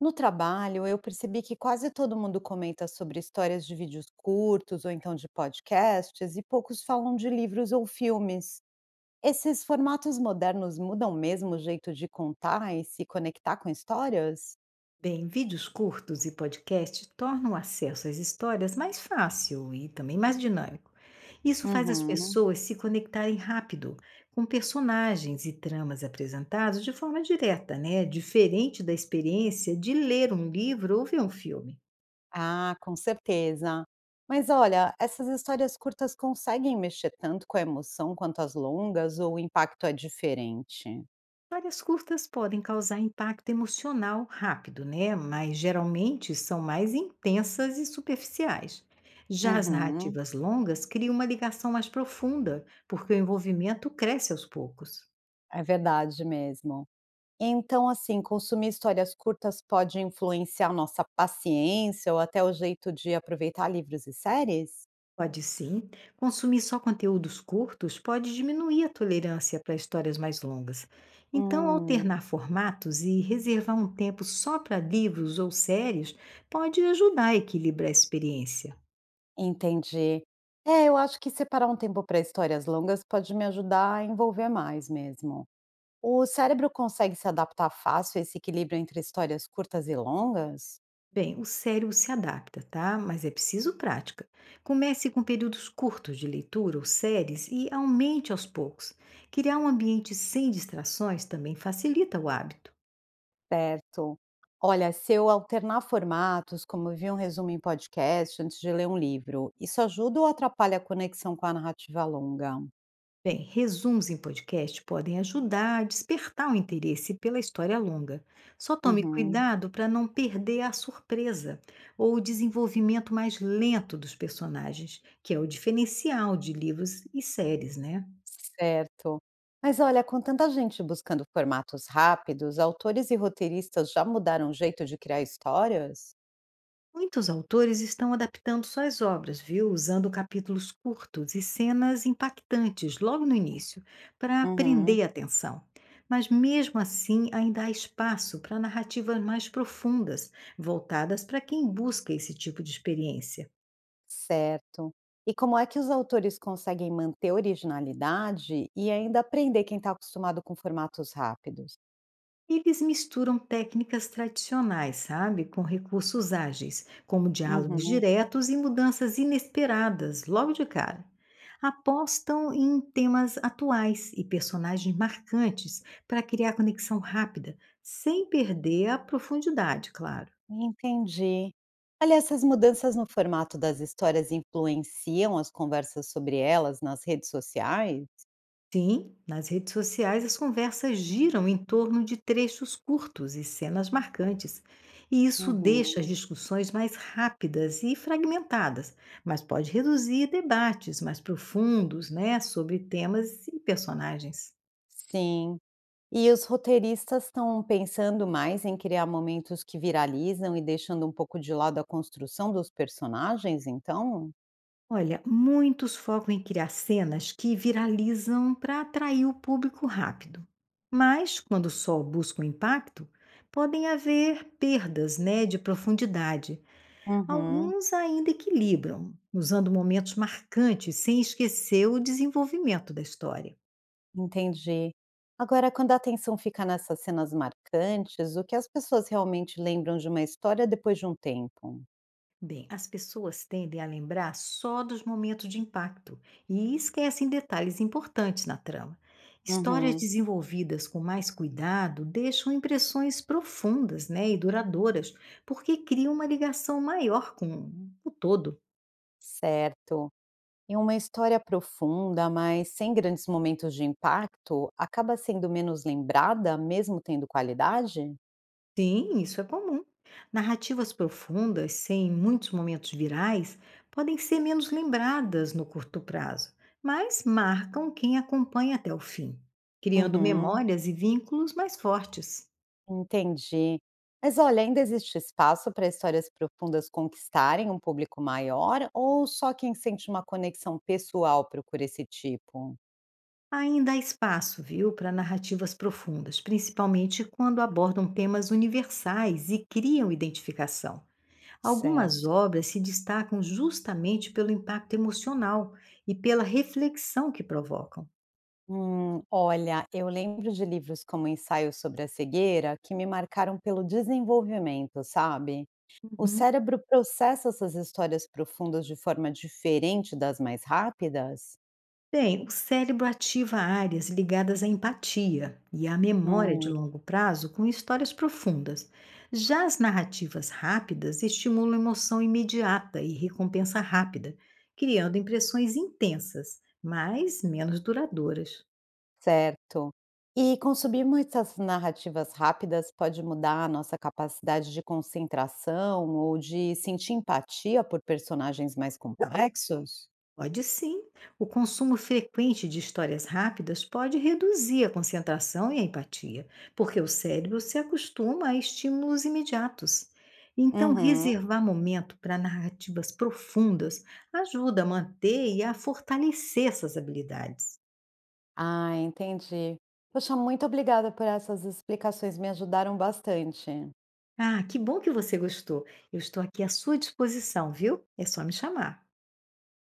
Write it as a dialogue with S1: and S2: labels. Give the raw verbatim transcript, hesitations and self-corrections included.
S1: No trabalho, eu percebi que quase todo mundo comenta sobre histórias de vídeos curtos ou então de podcasts, e poucos falam de livros ou filmes. Esses formatos modernos mudam mesmo o jeito de contar e se conectar com histórias?
S2: Bem, vídeos curtos e podcasts tornam o acesso às histórias mais fácil e também mais dinâmico. Isso faz as
S1: Uhum.
S2: pessoas se conectarem rápido com personagens e tramas apresentados de forma direta, né? Diferente da experiência de ler um livro ou ver um filme.
S1: Ah, com certeza. Mas olha, essas histórias curtas conseguem mexer tanto com a emoção quanto as longas, ou o impacto é diferente?
S2: Histórias curtas podem causar impacto emocional rápido, né? Mas geralmente são mais intensas e superficiais. Já as
S1: Uhum.
S2: narrativas longas criam uma ligação mais profunda, porque o envolvimento cresce aos poucos.
S1: É verdade mesmo. Então, assim, consumir histórias curtas pode influenciar nossa paciência ou até o jeito de aproveitar livros e séries?
S2: Pode sim, consumir só conteúdos curtos pode diminuir a tolerância para histórias mais longas. Então,
S1: Hum,
S2: alternar formatos e reservar um tempo só para livros ou séries pode ajudar a equilibrar a experiência.
S1: entendi. É, eu acho que separar um tempo para histórias longas pode me ajudar a envolver mais mesmo. O cérebro consegue se adaptar fácil a esse equilíbrio entre histórias curtas e longas?
S2: Bem, o cérebro se adapta, tá? Mas é preciso prática. Comece com períodos curtos de leitura ou séries e aumente aos poucos. Criar um ambiente sem distrações também facilita o hábito.
S1: Certo. Olha, se eu alternar formatos, como eu vi um resumo em podcast antes de ler um livro, isso ajuda ou atrapalha a conexão com a narrativa longa?
S2: Bem, resumos em podcast podem ajudar a despertar o interesse pela história longa. Só tome
S1: Uhum.
S2: cuidado para não perder a surpresa ou o desenvolvimento mais lento dos personagens, que é o diferencial de livros e séries, né?
S1: Certo. Mas olha, com tanta gente buscando formatos rápidos, autores e roteiristas já mudaram o jeito de criar histórias?
S2: Muitos autores estão adaptando suas obras, viu? Usando capítulos curtos e cenas impactantes logo no início, para
S1: Uhum.
S2: prender a atenção. Mas mesmo assim, ainda há espaço para narrativas mais profundas, voltadas para quem busca esse tipo de experiência.
S1: Certo. E como é que os autores conseguem manter originalidade e ainda aprender quem está acostumado com formatos rápidos?
S2: Eles misturam técnicas tradicionais, sabe, com recursos ágeis, como diálogos
S1: Uhum.
S2: diretos e mudanças inesperadas, logo de cara. Apostam em temas atuais e personagens marcantes para criar conexão rápida, sem perder a profundidade, claro.
S1: Entendi. Aliás, essas mudanças no formato das histórias influenciam as conversas sobre elas nas redes sociais?
S2: Sim, nas redes sociais as conversas giram em torno de trechos curtos e cenas marcantes, e isso deixa as
S1: Uhum.
S2: discussões mais rápidas e fragmentadas, mas pode reduzir debates mais profundos, né, sobre temas e personagens.
S1: Sim. E os roteiristas estão pensando mais em criar momentos que viralizam e deixando um pouco de lado a construção dos personagens, então?
S2: Olha, muitos focam em criar cenas que viralizam para atrair o público rápido. Mas, quando só buscam impacto, podem haver perdas, né, de profundidade.
S1: Uhum,
S2: Alguns ainda equilibram, usando momentos marcantes sem esquecer o desenvolvimento da história.
S1: entendi. Agora, quando a atenção fica nessas cenas marcantes, o que as pessoas realmente lembram de uma história depois de um tempo?
S2: Bem, as pessoas tendem a lembrar só dos momentos de impacto e esquecem detalhes importantes na trama. Histórias
S1: Uhum,
S2: desenvolvidas com mais cuidado deixam impressões profundas, né, e duradouras, porque criam uma ligação maior com o todo.
S1: certo. E uma história profunda, mas sem grandes momentos de impacto, acaba sendo menos lembrada, mesmo tendo qualidade?
S2: Sim, isso é comum. Narrativas profundas, sem muitos momentos virais, podem ser menos lembradas no curto prazo, mas marcam quem acompanha até o fim, criando
S1: Uhum.
S2: memórias e vínculos mais fortes.
S1: Entendi. Mas olha, ainda existe espaço para histórias profundas conquistarem um público maior ou só quem sente uma conexão pessoal procura esse tipo?
S2: Ainda há espaço, viu, para narrativas profundas, principalmente quando abordam temas universais e criam identificação. Algumas
S1: Certo.
S2: obras se destacam justamente pelo impacto emocional e pela reflexão que provocam.
S1: Hum, olha, eu lembro de livros como Ensaio sobre a Cegueira que me marcaram pelo desenvolvimento, sabe? O
S2: Uhum.
S1: cérebro processa essas histórias profundas de forma diferente das mais rápidas?
S2: Bem, o cérebro ativa áreas ligadas à empatia e à memória de
S1: Hum.
S2: longo prazo com histórias profundas. Já as narrativas rápidas estimulam emoção imediata e recompensa rápida, criando impressões intensas, mas menos duradouras.
S1: Certo. E consumir muitas narrativas rápidas pode mudar a nossa capacidade de concentração ou de sentir empatia por personagens mais complexos?
S2: Pode sim. O consumo frequente de histórias rápidas pode reduzir a concentração e a empatia, porque o cérebro se acostuma a estímulos imediatos. Então,
S1: Uhum.
S2: reservar momento para narrativas profundas ajuda a manter e a fortalecer essas habilidades.
S1: Ah, entendi. Poxa, muito obrigada por essas explicações, me ajudaram bastante.
S2: Ah, que bom que você gostou. Eu estou aqui à sua disposição, viu? É só me chamar.